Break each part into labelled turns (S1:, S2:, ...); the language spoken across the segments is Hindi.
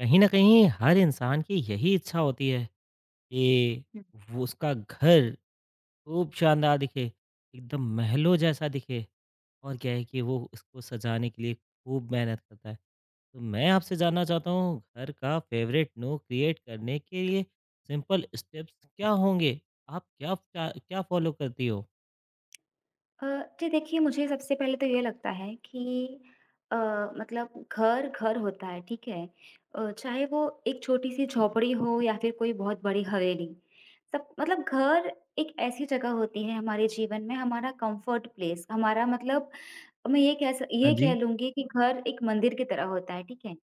S1: कहीं ना कहीं हर इंसान की यही इच्छा होती है कि वो उसका घर खूब शानदार दिखे, एकदम महलों जैसा दिखे। और क्या है कि वो इसको सजाने के लिए खूब मेहनत करता है। तो मैं आपसे जानना चाहता हूँ, घर का फेवरेट नो क्रिएट करने के लिए सिंपल स्टेप्स क्या होंगे? आप क्या क्या, क्या फॉलो करती हो?
S2: अ, जी देखिए मुझे सबसे पहले तो ये लगता है कि अ, मतलब घर घर होता है, ठीक है। चाहे वो एक छोटी सी झोपड़ी हो या फिर कोई बहुत बड़ी हवेली, सब मतलब घर एक ऐसी जगह होती है हमारे जीवन में, हमारा कंफर्ट प्लेस, हमारा मतलब मैं ये कह सक-
S1: हाँ
S2: ये कह
S1: जी।
S2: लूंगी कि घर एक मंदिर की तरह होता है, ठीक है।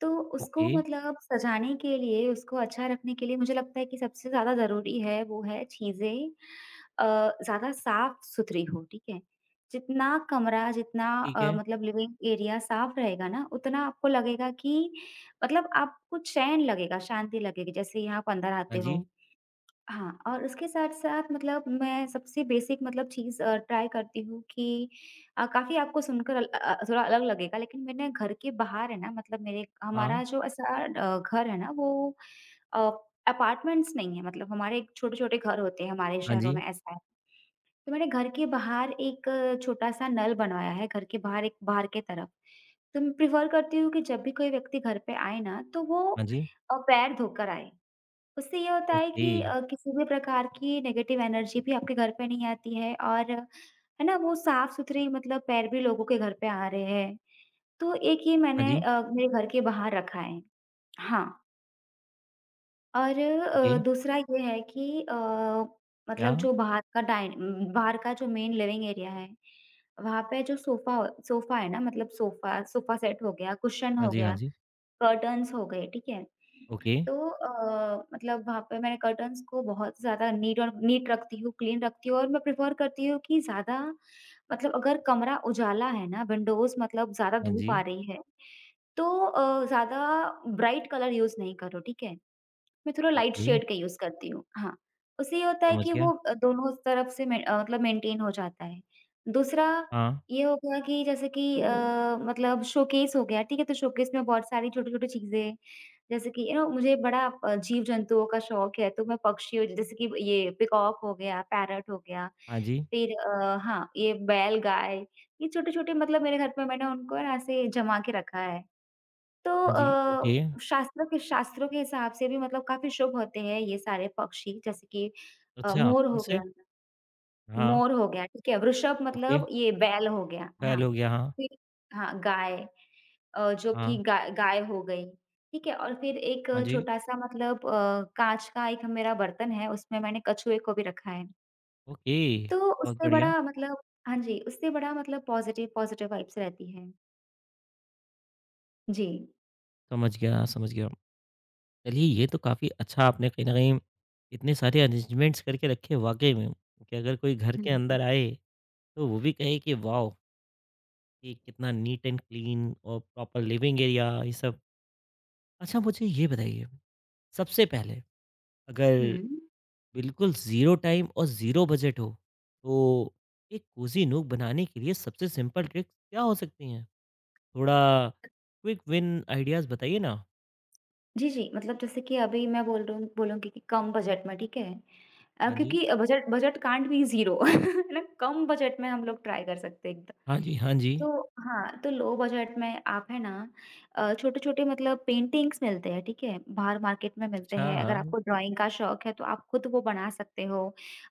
S2: तो उसको
S1: ओके।
S2: मतलब सजाने के लिए, उसको अच्छा रखने के लिए मुझे लगता है कि सबसे ज़्यादा ज़रूरी है वो है चीज़ें अ, ज़्यादा साफ-सुथरी हो, ठीक है? जितना कमरा, जितना
S1: ठीक है।
S2: मतलब लिविंग एरिया साफ रहेगा ना, उतना आपको लगेगा कि मतलब आपको चैन लगेगा, शांति लगेगी। जैसे यहाँ आप अंदर
S1: हाँ
S2: आते हो।
S1: जी।
S2: हाँ, और उसके साथ-साथ मतलब मैं सबसे बेसिक मतलब चीज़ ट्राई करती हूँ कि काफ़ी आपको सुनकर थोड़ा अलग लगेगा लेकिन मैंने घर के बाहर है ना मतलब मेरे
S1: हाँ।
S2: हमारा जो ऐसा घर है ना वो अ, अपार्टमेंट्स नहीं है, मतलब हमारे छोटे-छोटे घर होते हैं हमारे
S1: हाँ
S2: शहरों
S1: जी।
S2: में ऐसा है। तो मैंने घर के बाहर एक छोटा-सा नल बनवाया है, घर के बाहर एक बाहर के तरफ। तो मैं प्रेफ़र करती हूँ कि जब भी कोई व्यक्ति घर पे आए ना तो वो
S1: हाँ जी।
S2: पैर धोकर आए। उससे ये होता है
S1: ओके।
S2: कि किसी भी प्रकार की नेगेटिव एनर्जी भी आपके घर पे नहीं आती है और है ना वो साफ-सुथरे मतलब पैर भी लोगों के घर पे आ रहे हैं। तो एक ये
S1: हाँ
S2: मैंने
S1: जी।
S2: मेरे घर के बाहर रखा है। हाँ, और
S1: ओके।
S2: दूसरा ये है कि
S1: क्या?
S2: मतलब जो बाहर का जो मेन लिविंग एरिया है, वहाँ पे जो सोफ़ा सोफ़ा है ना मतलब सोफ़ा सोफ़ा सेट हो गया, कुशन
S1: हाँ
S2: हो
S1: जी। हाँ
S2: गया,
S1: जी।
S2: कर्टन्स हो गए, ठीक है?
S1: ओके।
S2: तो मतलब वहाँ पे मैंने कर्टन्स को बहुत ज़्यादा नीट रखती हूँ, क्लीन रखती हूँ और मैं प्रेफ़र करती हूँ कि ज़्यादा मतलब अगर कमरा उजाला है ना, विंडोज़ मतलब ज़्यादा
S1: हाँ
S2: धूप
S1: जी।
S2: आ रही है, तो ज़्यादा ब्राइट कलर यूज़ नहीं करो, ठीक है? मैं थोड़ा लाइट
S1: ओके,
S2: शेड का यूज़ करती हूँ। हाँ, उससे ये होता है
S1: समझ
S2: कि
S1: गया।
S2: वो दोनों तरफ से में मतलब मेंटेन हो जाता है। दूसरा
S1: हाँ,
S2: ये हो गया कि जैसे कि मतलब शोकेस हो गया, ठीक है? तो शोकेस में बहुत सारी छोटी-छोटी चीज़ें, जैसे कि यू नो मुझे बड़ा जीव-जंतुओं का शौक है, तो मैं पक्षियों जैसे कि ये पीकॉक हो गया, पैरट हो गया,
S1: हाँ जी,
S2: फिर हाँ, ये बैल गाय, ये छोटे-छोटे मतलब मेरे घर पे मैंने उनको ना ऐसे जमा के रखा है। तो
S1: हाँ जी, ओके।
S2: शास्त्रों के हिसाब से भी मतलब काफ़ी शुभ होते हैं ये सारे पक्षी, जैसे कि
S1: अच्छा,
S2: मोर
S1: कौन
S2: हो
S1: से?
S2: गया,
S1: हाँ।
S2: ठीक है, वृषभ
S1: ओके,
S2: मतलब ये बैल हो गया,
S1: फ़ैल
S2: हाँ।
S1: हो गया, हाँ।
S2: फिर हाँ, गाय जो कि
S1: हाँ,
S2: गाय गाय हो गई, ठीक है? और फिर एक
S1: हाँ जी,
S2: छोटा-सा मतलब काँच का एक मेरा बर्तन है, उसमें मैंने कछुए को भी रखा है।
S1: ओके,
S2: तो
S1: बहुत
S2: उससे
S1: बढ़िया।
S2: बड़ा मतलब हाँ जी, उससे बड़ा मतलब पॉज़िटिव पॉज़िटिव वाइब्स रहती है। जी।
S1: समझ गया, समझ गया। चलिए, ये तो काफ़ी अच्छा, आपने कहीं न कहीं इतने सारे अरेंजमेंट्स करके रखे वाक़ई में, कि अगर कोई घर
S2: हुँ,
S1: के
S2: हुँ,
S1: अंदर
S2: हुँ।
S1: आए, तो वो भी कहे कि वॉव! कि कितना नीट एंड क्लीन और प्रॉपर लिविंग एरिया ये सब। अच्छा मुझे ये बताइए, सबसे पहले अगर
S2: हुँ।
S1: बिल्कुल ज़ीरो टाइम और ज़ीरो बजट हो, तो एक कोज़ी नूक बनाने के लिए सबसे सिंपल ट्रिक्स क्या हो सकती हैं? थोड़ा क्विक विन आइडियाज़ बताइए ना।
S2: जी, जी। मतलब जैसे कि अभी मैं बोल रही हूँ बोलूँगी कि कम बजट में, ठीक है?
S1: हाँ जी,
S2: क्योंकि budget budget can't be zero है ना? कम बजट में हम लोग ट्राई कर सकते हैं एकदम।
S1: हाँ जी, हाँ जी।
S2: तो हाँ, तो लो बजट में आप है ना छोटे-छोटे मतलब पेंटिंग्स मिलते हैं, ठीक है? बाहर मार्केट में मिलते
S1: अच्छा,
S2: हैं। अगर
S1: हाँ,
S2: आपको ड्राइंग का शौक है, तो आप खुद वो बना सकते हो।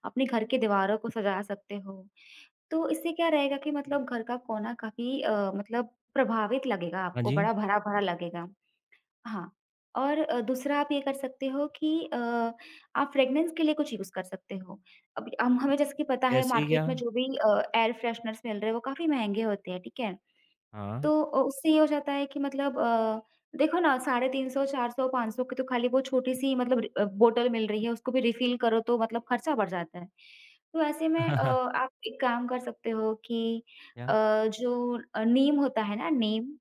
S2: अपने घर की दीवारों को सजा सकते हो। तो इससे क्या रहेगा कि मतलब घर का कोना काफ़ी मतलब प्रभावित लगेगा
S1: हाँ
S2: आपको,
S1: जी।
S2: बड़ा भरा-भरा लगेगा। हाँ, और दूसरा आप ये कर सकते हो कि आप फ्रेग्रेंस के लिए कुछ यूज़ कर सकते हो। अब हम हमें जैसे कि पता है
S1: जैसे क्या?
S2: मार्केट में जो भी एयर फ्रेशनर्स मिल रहे हैं वो काफ़ी महँगे होते हैं, ठीक है?
S1: हाँ।
S2: तो उससे ये हो जाता है कि मतलब देखो ना 350 400 500 की तो खाली वो छोटी-सी मतलब बोतल मिल रही है, उसको भी रिफ़िल करो तो मतलब खर्चा बढ़ जाता है। तो ऐसे में आप एक काम कर सकते हो कि अ,
S1: क्या?
S2: जो नीम होता है ना, नीम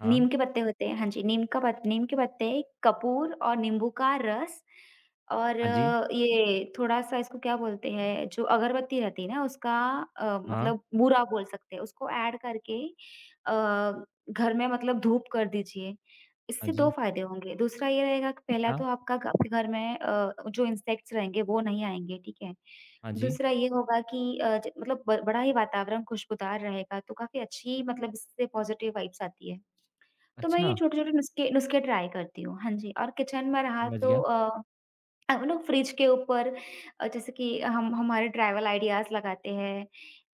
S1: हाँ,
S2: नीम के पत्ते होते हैं, हाँ जी, नीम का पत नीम के पत्ते, कपूर और नींबू का रस और
S1: हाँ जी,
S2: ये थोड़ा-सा इसको क्या बोलते हैं, जो अगरबत्ती रहती है ना उसका
S1: हाँ,
S2: मतलब बूरा बोल सकते हैं, उसको ऐड करके घर में मतलब धूप कर दीजिए।
S1: हाँ
S2: इससे 2
S1: जी,
S2: फ़ायदे होंगे, दूसरा ये रहेगा कि पहला
S1: क्या?
S2: तो आपका ग आपके घर में जो इंसेक्ट्स रहेंगे वो नहीं आएँगे, ठीक है?
S1: हाँ जी।
S2: दूसरा ये होगा कि अ, ज मतलब ब बड़ा ही वातावरण खुशबूदार रहेगा, तो काफ़ी अच्छी मतलब इससे पॉज़िटिव वाइब्स आती है। तो मैं ये
S1: अच्छा,
S2: छोटे-छोटे नुस्खे नुस्खे ट्राई करती हूँ। हाँ जी, और किचन में रहा
S1: समझ
S2: तो
S1: गया।
S2: वो लोग फ्रिज के ऊपर जैसे कि हम हमारे ट्रैवल आइडियाज़ लगाते हैं।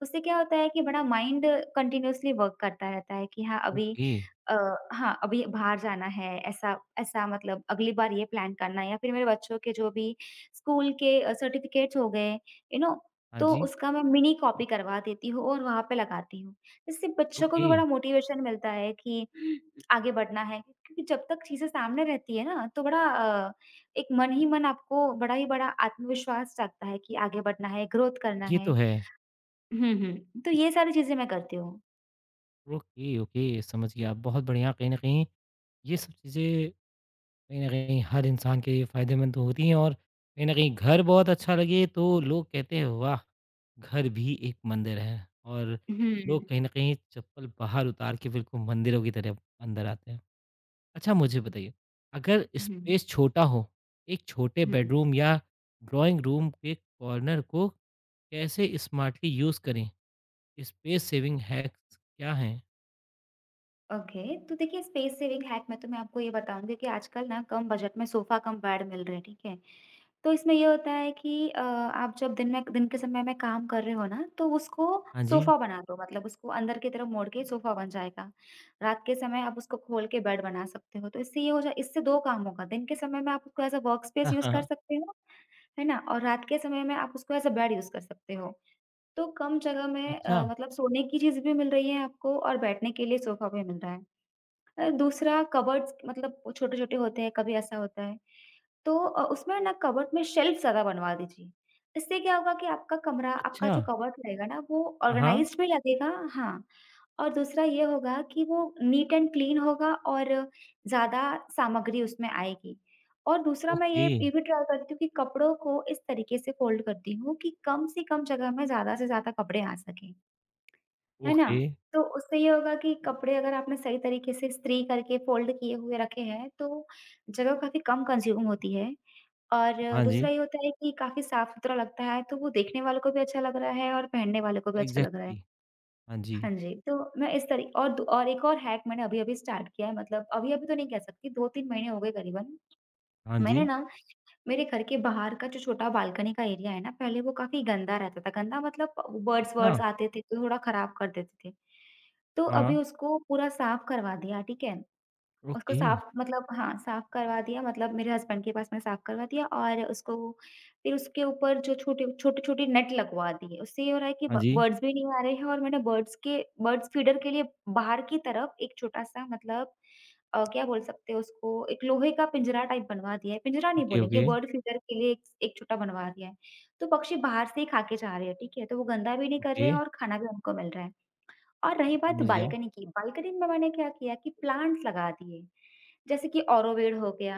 S2: उससे क्या होता है कि बड़ा माइंड कंटीन्यूअसली वर्क करता रहता है कि हाँ, अभी
S1: ओके,
S2: अ, हाँ, अभी बाहर जाना है, ऐसा ऐसा मतलब अगली बार ये प्लान करना है या फिर मेरे बच्चों के जो भी स्कूल के सर्टिफ़िकेट्स हो गए, यू नो?
S1: हाँ
S2: तो
S1: जी,
S2: उसका मैं मिनी कॉपी करवा देती हूँ और वहाँ पे लगाती हूँ। इससे बच्चों को
S1: ओके,
S2: भी बड़ा मोटिवेशन मिलता है कि आगे बढ़ना है, क्योंकि जब तक चीज़ें सामने रहती है ना, तो बड़ा अ, एक मन ही मन आपको बड़ा ही बड़ा आत्मविश्वास जागता है कि आगे बढ़ना है, ग्रोथ करना
S1: ये तो
S2: है।
S1: है।
S2: हुँ, हुँ। तो ये सारी चीज़ें मैं करती हूँ।
S1: ओके, ओके, समझ गया। बहुत बढ़िया, कहीं न कहीं ये सब चीज़ें कहीं न कहीं हर इंसान के लिए फ़ायदेमंद तो होती हैं। और कहीं न कहीं घर बहुत अच्छा लगे तो लोग कहते हैं वाह! घर भी एक मंदिर है, और लोग
S2: हुँ,
S1: कहीं न कहीं चप्पल बाहर उतार के बिल्कुल मंदिरों की तरह अंदर आते हैं। अच्छा मुझे बताइए, अगर
S2: हुँ,
S1: स्पेस छोटा हो, एक छोटे
S2: हुँ।
S1: बेडरूम या ड्राइंग रूम के कॉर्नर को कैसे स्मार्टली यूज़ करें? स्पेस सेविंग हैक्स क्या हैं?
S2: ओके, तो देखिए स्पेस सेविंग हैक में तो मैं आपको ये बताऊँगी कि आजकल ना कम बजट में सोफ़ा कम बेड मिल रहे हैं, ठीक है? तो इसमें ये होता है कि आप जब दिन के समय में काम कर रहे हो ना, तो उसको
S1: हाँ जी।
S2: सोफ़ा बना दो, मतलब उसको अंदर की तरफ मोड़ के सोफ़ा बन जाएगा। रात के समय आप उसको खोल के बेड बना सकते हो, तो इससे ये हो जाए इससे 2 काम होगा, दिन के समय में आप उसको एज़ अ वर्क स्पेस
S1: हाँ,
S2: यूज़
S1: हाँ,
S2: कर
S1: हाँ।
S2: सकते हो, है ना? और रात के समय में आप उसको एज़ अ बेड यूज़ कर सकते हो। तो कम जगह में
S1: अच्छा,
S2: मतलब सोने की चीज़ भी मिल रही है आपको और बैठने के लिए सोफ़ा भी मिल रहा है। दूसरा कबर्ड्स मतलब वो छोटे-छोटे होते हैं, कभी ऐसा होता है, तो उसमें ना कबर्ड में शेल्फ ज़्यादा बनवा दीजिए। इससे क्या होगा कि आपका
S1: अच्छा।
S2: जो कबर्ड रहेगा ना वो
S1: हाँ, हाँ।
S2: ऑर्गनाइज़्ड भी लगेगा। हाँ, और दूसरा ये होगा कि वो नीट एंड क्लीन होगा और ज़्यादा सामग्री उसमें आएगी। और दूसरा मैं
S1: ओके,
S2: ये भी ट्राई करती हूँ कि कपड़ों को इस तरीके से फ़ोल्ड करती हूँ कि कम से कम जगह में ज़्यादा से ज़्यादा कपड़े आ सकें, है ना?
S1: ओके।
S2: तो उससे ये होगा कि कपड़े अगर आपने सही तरीके से इस्त्री करके फ़ोल्ड किए हुए रखे हैं, तो जगह काफ़ी कम कंज़्यूम होती है और
S1: हाँ जी।
S2: दूसरा ये होता है कि काफ़ी साफ-सुथरा लगता है, तो वो देखने वालों को भी अच्छा लग रहा है और पहनने वालों को भी अच्छा लग रहा है।
S1: एग्ज़ैक्टली। हाँ जी,
S2: हाँ जी, तो मैं इस तरी और दू और एक और हैक मैंने अभी-अभी स्टार्ट किया है, मतलब अभी-अभी तो नहीं कह सकती, 2-3 महीने हो गए करीबन।
S1: हाँ
S2: मैंने
S1: जी,
S2: ना मेरे घर के बाहर का जो छोटा बालकनी का एरिया है ना, पहले वो काफ़ी गंदा रहता था, गंदा मतलब बर्ड्स
S1: अच्छा,
S2: वर्ड्स आते थे, तो थोड़ा खराब कर देते थे। तो
S1: हाँ,
S2: अभी उसको पूरा साफ करवा दिया, ठीक है। उसको
S1: ओके,
S2: साफ मतलब हाँ, साफ करवा दिया, मतलब मेरे हस्बैंड के पास मैंने साफ करवा दिया और उसको फिर उसके ऊपर जो छोटे-छोटे नेट लगवा दिए। उससे ये हो रहा है कि
S1: हाँ
S2: ब
S1: जी,
S2: बर्ड्स भी नहीं आ रहे हैं और मैंने बर्ड्स फीडर के लिए बाहर की तरफ एक छोटा-सा मतलब क्या बोल सकते हैं उसको, एक लोहे का पिंजरा टाइप बनवा दिया है। पिंजरा नहीं
S1: ओके,
S2: बोलेंगे,
S1: ओके,
S2: बर्ड फीडर के लिए एक एक छोटा बनवा दिया है। तो पक्षी बाहर से ही खा के जा रहे हैं, ठीक है? तो वो गंदा भी नहीं कर रहे
S1: ओके,
S2: हैं और खाना भी उनको मिल रहा है। और रही बात
S1: समझ गया,
S2: बालकनी की, बालकनी में मैंने क्या किया कि प्लांट्स लगा दिए, जैसे कि ऑरोवेड हो गया,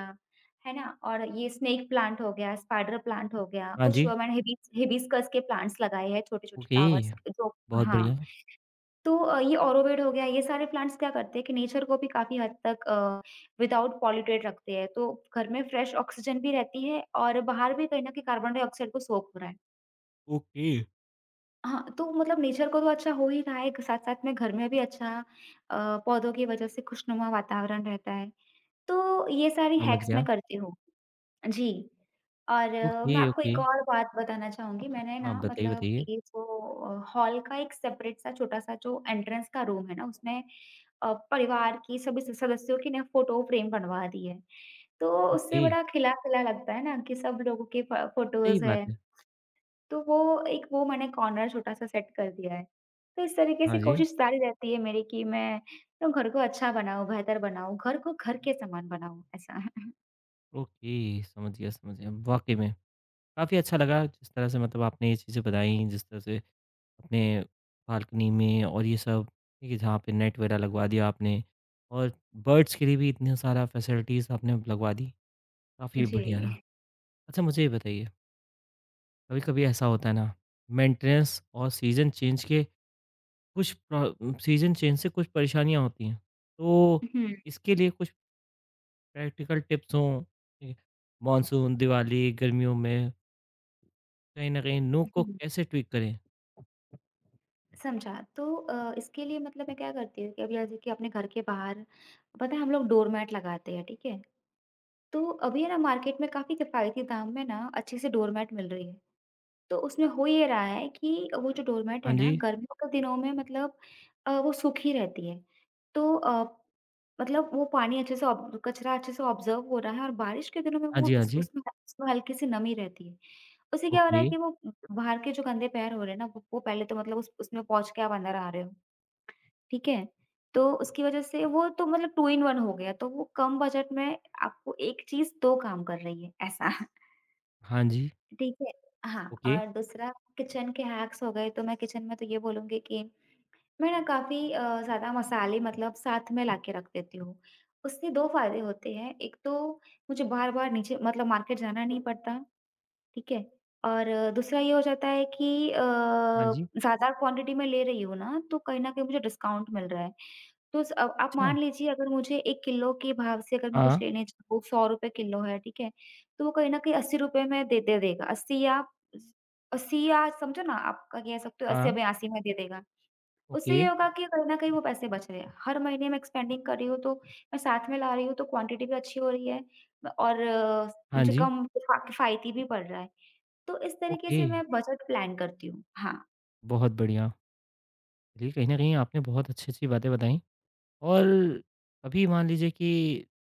S2: है ना? और ये स्नेक प्लांट हो गया, स्पाइडर प्लांट हो गया,
S1: हाँ
S2: कुछ
S1: जी,
S2: वो मैंने हिबिस्कस के प्लांट्स लगाए हैं, छोटे-छोटे
S1: ओके,
S2: फ्लावर्स जो।
S1: बहुत
S2: हाँ,
S1: बढ़िया,
S2: तो ये ऑरोवेड हो गया, ये सारे प्लांट्स क्या करते हैं कि नेचर को भी काफ़ी हद तक विदाउट पॉल्यूटेड रखते हैं, तो घर में फ्रेश ऑक्सीजन भी रहती है और बाहर भी कहीं न कहीं कार्बन डाइऑक्साइड को सोख हो रहा है।
S1: ओके,
S2: हाँ, तो मतलब नेचर को तो अच्छा हो ही रहा है, साथ-साथ में घर में भी पौधों की वजह से खुशनुमा वातावरण रहता है। तो ये सारी
S1: समझ
S2: हैक्स मैं
S1: गया,
S2: करती हूँ। जी, और
S1: ओके,
S2: मैं आपको
S1: ओके,
S2: एक और बात बताना चाहूँगी। मैंने
S1: हाँ,
S2: ना
S1: बताइए,
S2: मतलब
S1: बताइए,
S2: ये जो हॉल का एक सेपरेट सा छोटा-सा जो एंट्रेंस का रूम है ना, उसमें परिवार की सभी स सदस्यों की ना फ़ोटो फ्रेम बनवा दी है। तो उससे
S1: ओके,
S2: बड़ा खिला-खिला लगता है ना कि सब लोगों के फ
S1: सही
S2: फ़ोटोज़
S1: बात
S2: हैं।
S1: है,
S2: तो वो मैंने कॉर्नर छोटा-सा सेट कर दिया है। तो इस तरीके
S1: हाँ
S2: से
S1: जी,
S2: कोशिश जारी रहती है मेरी कि मैं तो घर को अच्छा बनाऊँ, बेहतर बनाऊँ, घर को घर के समान बनाऊँ, ऐसा।
S1: ओके, समझ गया, वाक़ई में काफ़ी अच्छा लगा जिस तरह से मतलब आपने ये चीज़ें बताई, जिस तरह से अपने बालकनी में और ये सब, ठीक है, जहाँ पे नेट वगैरह लगवा दिया आपने, और बर्ड्स के लिए भी इतना सारा फैसिलिटीज़ आपने लगवा दी। काफ़ी बढ़िया रहा।
S2: जी।
S1: अच्छा मुझे ये बताइए, कभी-कभी ऐसा होता है ना, मेंटेनेंस और सीज़न चेंज के कुछ प्र सीज़न चेंज से कुछ परेशानियाँ होती हैं। तो
S2: हुँ,
S1: इसके लिए कुछ प्रैक्टिकल टिप्स हों, ठीक है, मानसून, दिवाली, गर्मियों में कहीं न कहीं नूक को
S2: हुँ।
S1: कैसे ट्विक करें?
S2: समझा। तो इसके लिए मतलब मैं क्या करती हूँ कि अभी जैसे कि अपने घर के बाहर पता है हम लोग डोरमैट लगाते हैं, ठीक है? तो अभी है ना मार्केट में काफ़ी किफ़ायती दाम में ना अच्छे से डोरमैट मिल रही है। तो उसमें हो ये रहा है कि वो जो डोरमेट
S1: हाँ
S2: है ना,
S1: जी,
S2: गर्मियों के दिनों में मतलब वो सूखी रहती है। तो मतलब वो पानी अच्छे से ऑब कचरा अच्छे से ऑब्ज़र्व हो रहा है और बारिश के दिनों में
S1: हाँ
S2: वो
S1: जी, हाँ
S2: उस
S1: जी,
S2: उसमें उसमें हल्की-सी नमी रहती है। उससे क्या हो रहा
S1: ओके,
S2: है कि वो बाहर के जो गंदे पैर हो रहे हैं ना, वो पहले तो मतलब उस उसमें पहुँच के आप अंदर आ रहे हो, ठीक है? तो उसकी वजह से वो तो मतलब 2 इन 1 हो गया, तो वो कम बजट में आपको एक चीज़ 2 काम कर रही है, ऐसा।
S1: हाँ जी,
S2: ठीक है। हाँ,
S1: ओके,
S2: और दूसरा किचन के हैक्स हो गए, तो मैं किचन में तो ये बोलूँगी कि मैं ना काफ़ी ज़्यादा मसाले मतलब साथ में लाके रख देती हूँ। उससे 2 फ़ायदे होते हैं, एक तो मुझे बार-बार नीचे मतलब मार्केट जाना नहीं पड़ता, ठीक है? और दूसरा ये हो जाता है कि
S1: हाँ जी,
S2: ज़्यादा क्वांटिटी में ले रही हूँ ना, तो कहीं न कहीं मुझे डिस्काउंट मिल रहा है। तो स अब आप
S1: अच्छा,
S2: मान लीजिए अगर मुझे 1 किलो के भाव से अगर मैं कुछ
S1: हाँ,
S2: लेने जाऊँ, ₹100 किलो है, ठीक है? तो वो कहीं न कहीं ₹80 में दे दे देगा, 80 या 80 या समझो ना, आप कह सकते हो 80 या
S1: हाँ,
S2: 82 में दे देगा।
S1: ओके,
S2: उससे ये होगा कि कहीं न कहीं वो पैसे बच रहे हैं। हर महीने मैं एक्सपेंडिंग कर रही हूँ, तो मैं साथ में ला रही हूँ, तो क्वांटिटी भी अच्छी हो रही है और
S1: हाँ
S2: मुझे
S1: जी,
S2: कम किफा किफ़ायती भी पड़ रहा है। तो इस तरीके
S1: ओके,
S2: से मैं बजट प्लान करती हूँ। हाँ।
S1: बहुत बढ़िया। चलिए, कहीं न कहीं आपने बहुत अच्छी-अच्छी बातें बताई। और कभी मान लीजिए कि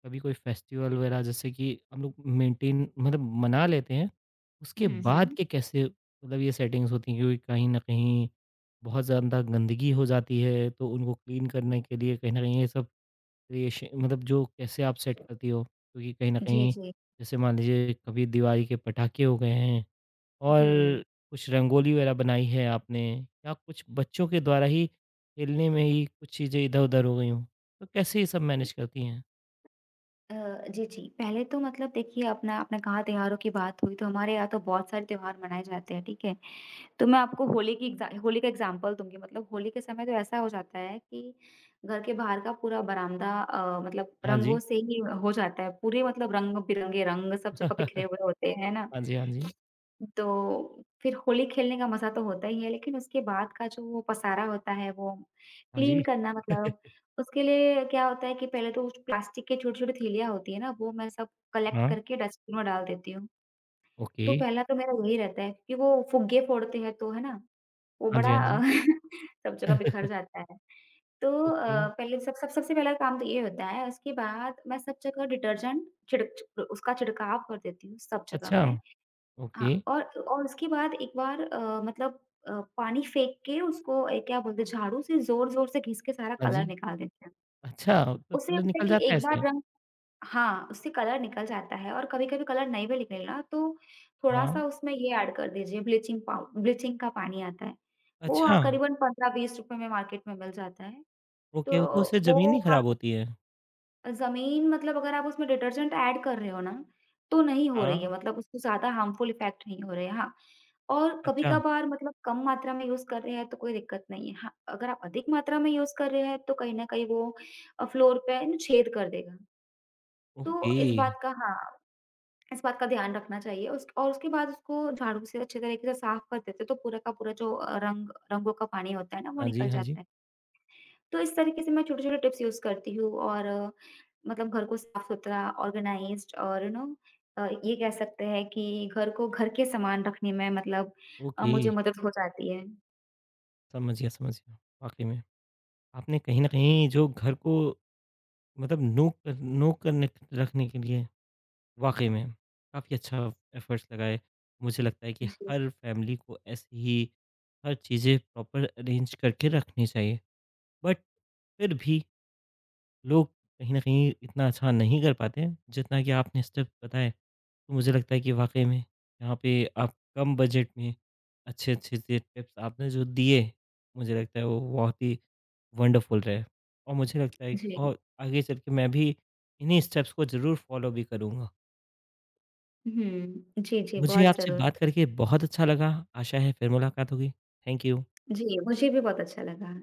S1: कभी कोई फेस्टिवल वगैरह जैसे कि हम लोग मेंटेन मतलब मना लेते हैं, उसके
S2: हुँ,
S1: बाद
S2: हुँ।
S1: के कैसे मतलब ये सेटिंग्स होती हैं? क्योंकि कहीं न कहीं बहुत ज़्यादा गंदगी हो जाती है, तो उनको क्लीन करने के लिए कहीं न कहीं ये सब क्रिएश मतलब जो कैसे आप सेट करती हो? क्योंकि कहीं न
S2: जी,
S1: कहीं
S2: जी।
S1: जैसे मान लीजिए, कभी दिवाली के पटाखे हो गए हैं
S2: हुँ।
S1: और कुछ रंगोली वगैरह बनाई है आपने, या कुछ बच्चों के द्वारा ही खेलने में ही कुछ चीज़ें इधर-उधर हो गई हों, तो कैसे ये सब मैनेज करती हैं?
S2: अ, जी, जी। पहले तो मतलब देखिए अपना आपने कहा त्योहारों की बात हुई, तो हमारे यहाँ तो बहुत सारे त्योहार मनाए जाते हैं, ठीक है? तो मैं आपको होली का एग्ज़ाम्पल दूँगी। मतलब होली के समय तो ऐसा हो जाता है कि घर के बाहर का पूरा बरामदा मतलब
S1: हाँ
S2: रंगों
S1: जी।
S2: से ही हो जाता है। पूरे मतलब रंग-बिरंगे रंग सब जगह बिखरे
S1: हाँ
S2: हुए होते हैं ना।
S1: जी, हाँ जी।
S2: तो फिर होली खेलने का मज़ा तो होता ही है, लेकिन उसके बाद का जो वो पसारा होता है, वो
S1: हाँ
S2: क्लीन
S1: जी।
S2: करना मतलब उसके लिए क्या होता है कि पहले तो उस प्लास्टिक के छोटी-छोटी थैलियाँ होती है ना, वो मैं सब कलेक्ट
S1: हाँ,
S2: करके डस्टबिन में डाल देती हूँ।
S1: ओके।
S2: तो पहला तो मेरा यही रहता है कि वो फुग्गे फोड़ते हैं तो है ना? वो
S1: हाँ जी,
S2: बड़ा
S1: हाँ जी।
S2: सब जगह बिखर जाता है। तो
S1: ओके।
S2: पहले सब सब सबसे पहला काम तो ये होता है, उसके बाद मैं सब जगह डिटर्जेंट छिड़क छि उसका छिड़काव कर देती हूँ सब जगह
S1: अच्छा,
S2: पे।
S1: ओके।
S2: हाँ, और उसके बाद एक बार मतलब पानी फेंक के उसको क्या बोलते हैं, झाड़ू से ज़ोर-ज़ोर से घिस के सारा
S1: हाँ
S2: कलर
S1: जी।
S2: निकाल देते हैं।
S1: अच्छा, तो
S2: उससे
S1: कलर
S2: होता है
S1: निकल
S2: कि
S1: जाता है
S2: एक बार
S1: इससे?
S2: रंग हाँ, उससे कलर निकल जाता है और कभी-कभी कलर नहीं भी निकले ना तो
S1: हाँ।
S2: थोड़ा-सा उसमें ये ऐड कर दीजिए, ब्लीचिंग पाउ ब्लीचिंग का पानी आता है। वो
S1: अच्छा,
S2: करीबन 15-20 रुपए में मार्केट में मिल जाता है।
S1: ओके, तो उससे
S2: तो
S1: ज़मीन
S2: वो
S1: नहीं खराब
S2: काफ़ी
S1: होती है?
S2: ज़मीन मतलब अगर आप उसमें डिटर्जेंट ऐड कर रहे हो ना, तो नहीं हो रही
S1: हाँ,
S2: है, मतलब उसको ज़्यादा हार्मफुल इफ़ेक्ट नहीं हो रहे हैं, हाँ। और
S1: अच्छा,
S2: कभी-कभार मतलब कम मात्रा में यूज़ कर रहे हैं तो कोई दिक्कत नहीं है। हाँ, अगर आप अधिक मात्रा में यूज़ कर रहे हैं तो कहीं न कहीं वो फ्लोर पे ना छेद कर देगा।
S1: ओके।
S2: तो इस बात का हाँ इस बात का ध्यान रखना चाहिए उस और उसके बाद उसको झाड़ू से अच्छे तरीके से साफ कर देते हैं, तो पूरा का पूरा जो रंग रंगों का पानी होता है ना, वो
S1: हाँ जी,
S2: निकल
S1: हाँ जी।
S2: जाता है। तो इस तरीके से मैं छोटे-छोटे टिप्स यूज़ करती हूँ और मतलब घर को साफ-सुथरा, ऑर्गनाइज़्ड और ये कह सकते हैं कि घर को घर के समान रखने में मतलब
S1: ओके,
S2: मुझे मदद हो जाती है।
S1: समझ गया, वाक़ई में। आपने कहीं न कहीं जो घर को मतलब नोक करने रखने के लिए वाक़ई में काफ़ी अच्छा एफ़र्ट्स लगाए। मुझे लगता है कि
S2: जी,
S1: हर फ़ैमिली को ऐसी ही हर चीज़ें प्रॉपर अरेंज करके रखनी चाहिए। बट फिर भी लोग कहीं न कहीं इतना अच्छा नहीं कर पाते हैं, जितना कि आपने स्टेप बताए। तो मुझे लगता है कि वाक़ई में यहाँ पे आप कम बजट में अच्छे-अच्छे से टिप्स आपने जो दिए, मुझे लगता है वो बहुत ही वंडरफुल रहे। और मुझे लगता है,
S2: जी।
S1: और आगे चल के मैं भी इन्हीं स्टेप्स को ज़रूर फ़ॉलो भी करूँगा।
S2: हुँ। जी, जी,
S1: मुझे
S2: बहुत
S1: आपसे
S2: ज़रूर।
S1: बात करके बहुत अच्छा लगा, आशा है फिर मुलाकात होगी। Thank you.
S2: जी, मुझे भी बहुत अच्छा लगा।